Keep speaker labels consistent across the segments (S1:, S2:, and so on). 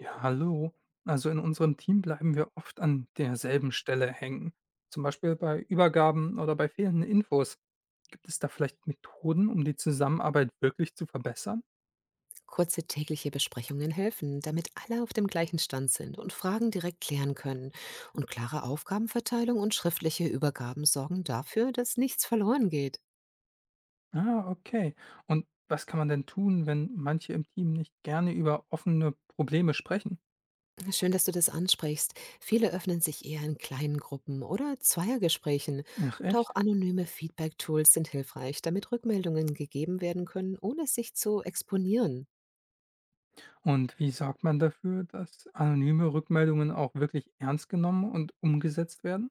S1: Ja, hallo. Also in unserem Team bleiben wir oft an derselben Stelle hängen. Zum Beispiel bei Übergaben oder bei fehlenden Infos. Gibt es da vielleicht Methoden, um die Zusammenarbeit wirklich zu verbessern?
S2: Kurze tägliche Besprechungen helfen, damit alle auf dem gleichen Stand sind und Fragen direkt klären können. Und klare Aufgabenverteilung und schriftliche Übergaben sorgen dafür, dass nichts verloren geht.
S1: Ah, okay. Und was kann man denn tun, wenn manche im Team nicht gerne über offene Probleme sprechen?
S2: Schön, dass du das ansprichst. Viele öffnen sich eher in kleinen Gruppen oder Zweiergesprächen.
S1: Ach
S2: Und auch
S1: echt?
S2: anonyme Feedback-Tools sind hilfreich, damit Rückmeldungen gegeben werden können, ohne sich zu exponieren.
S1: Und wie sorgt man dafür, dass anonyme Rückmeldungen auch wirklich ernst genommen und umgesetzt werden?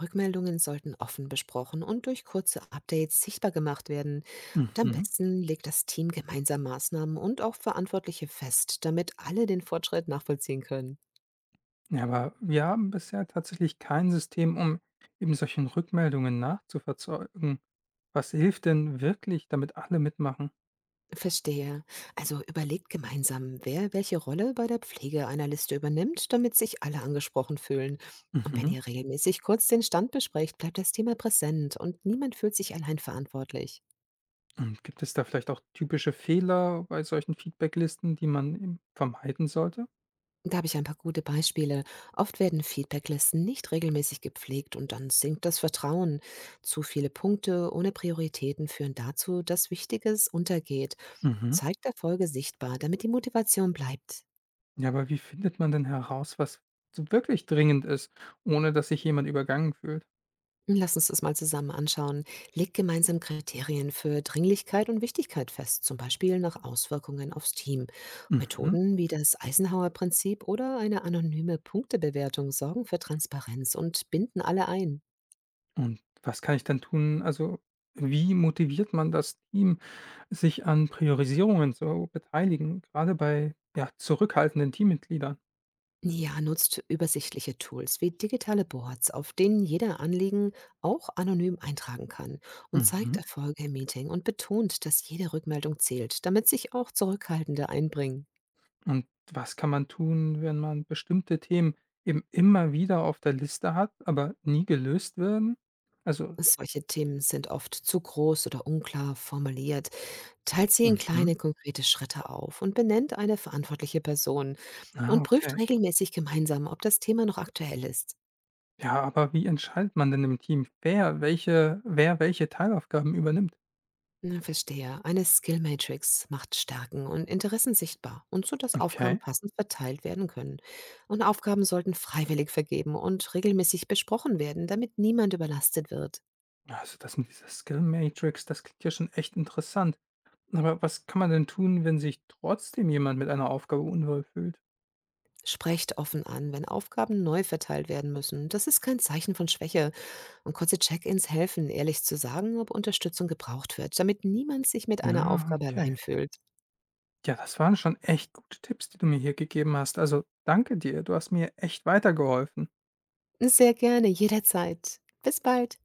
S2: Rückmeldungen sollten offen besprochen und durch kurze Updates sichtbar gemacht werden. Und am
S1: Mhm.
S2: besten legt das Team gemeinsam Maßnahmen und auch Verantwortliche fest, damit alle den Fortschritt nachvollziehen können.
S1: Ja, aber wir haben bisher tatsächlich kein System, um eben solchen Rückmeldungen nachzuverfolgen. Was hilft denn wirklich, damit alle mitmachen?
S2: Verstehe. Also überlegt gemeinsam, wer welche Rolle bei der Pflege einer Liste übernimmt, damit sich alle angesprochen fühlen. Und wenn
S1: Mhm.
S2: ihr regelmäßig kurz den Stand besprecht, bleibt das Thema präsent und niemand fühlt sich allein verantwortlich.
S1: Und gibt es da vielleicht auch typische Fehler bei solchen Feedbacklisten, die man eben vermeiden sollte?
S2: Da habe ich ein paar gute Beispiele. Oft werden Feedbacklisten nicht regelmäßig gepflegt und dann sinkt das Vertrauen. Zu viele Punkte ohne Prioritäten führen dazu, dass Wichtiges untergeht.
S1: Mhm.
S2: Zeigt Erfolge sichtbar, damit die Motivation bleibt.
S1: Ja, aber wie findet man denn heraus, was so wirklich dringend ist, ohne dass sich jemand übergangen fühlt?
S2: Lass uns das mal zusammen anschauen. Legt gemeinsam Kriterien für Dringlichkeit und Wichtigkeit fest, zum Beispiel nach Auswirkungen aufs Team.
S1: Mhm.
S2: Methoden wie das Eisenhower-Prinzip oder eine anonyme Punktebewertung sorgen für Transparenz und binden alle ein.
S1: Und was kann ich dann tun? Also, wie motiviert man das Team, sich an Priorisierungen zu beteiligen, gerade bei, ja, zurückhaltenden Teammitgliedern?
S2: Ja, nutzt übersichtliche Tools wie digitale Boards, auf denen jeder Anliegen auch anonym eintragen kann, und zeigt
S1: Mhm.
S2: Erfolge im Meeting und betont, dass jede Rückmeldung zählt, damit sich auch Zurückhaltende einbringen.
S1: Und was kann man tun, wenn man bestimmte Themen eben immer wieder auf der Liste hat, aber nie gelöst werden? Also.
S2: Solche Themen sind oft zu groß oder unklar formuliert. Teilt sie in
S1: Mhm.
S2: kleine, konkrete Schritte auf und benennt eine verantwortliche Person
S1: Ah,
S2: und prüft
S1: okay.
S2: regelmäßig gemeinsam, ob das Thema noch aktuell ist.
S1: Ja, aber wie entscheidet man denn im Team, wer welche Teilaufgaben übernimmt?
S2: Na, verstehe. Eine Skill-Matrix macht Stärken und Interessen sichtbar, und so, dass Aufgaben
S1: Okay.
S2: passend verteilt werden können. Und Aufgaben sollten freiwillig vergeben und regelmäßig besprochen werden, damit niemand überlastet wird.
S1: Also, das mit dieser Skill Matrix, das klingt ja schon echt interessant. Aber was kann man denn tun, wenn sich trotzdem jemand mit einer Aufgabe unwohl fühlt?
S2: Sprecht offen an, wenn Aufgaben neu verteilt werden müssen. Das ist kein Zeichen von Schwäche. Und kurze Check-ins helfen, ehrlich zu sagen, ob Unterstützung gebraucht wird, damit niemand sich mit
S1: Na,
S2: einer Aufgabe
S1: okay.
S2: allein fühlt.
S1: Ja, das waren schon echt gute Tipps, die du mir hier gegeben hast. Also danke dir, du hast mir echt weitergeholfen.
S2: Sehr gerne, jederzeit. Bis bald.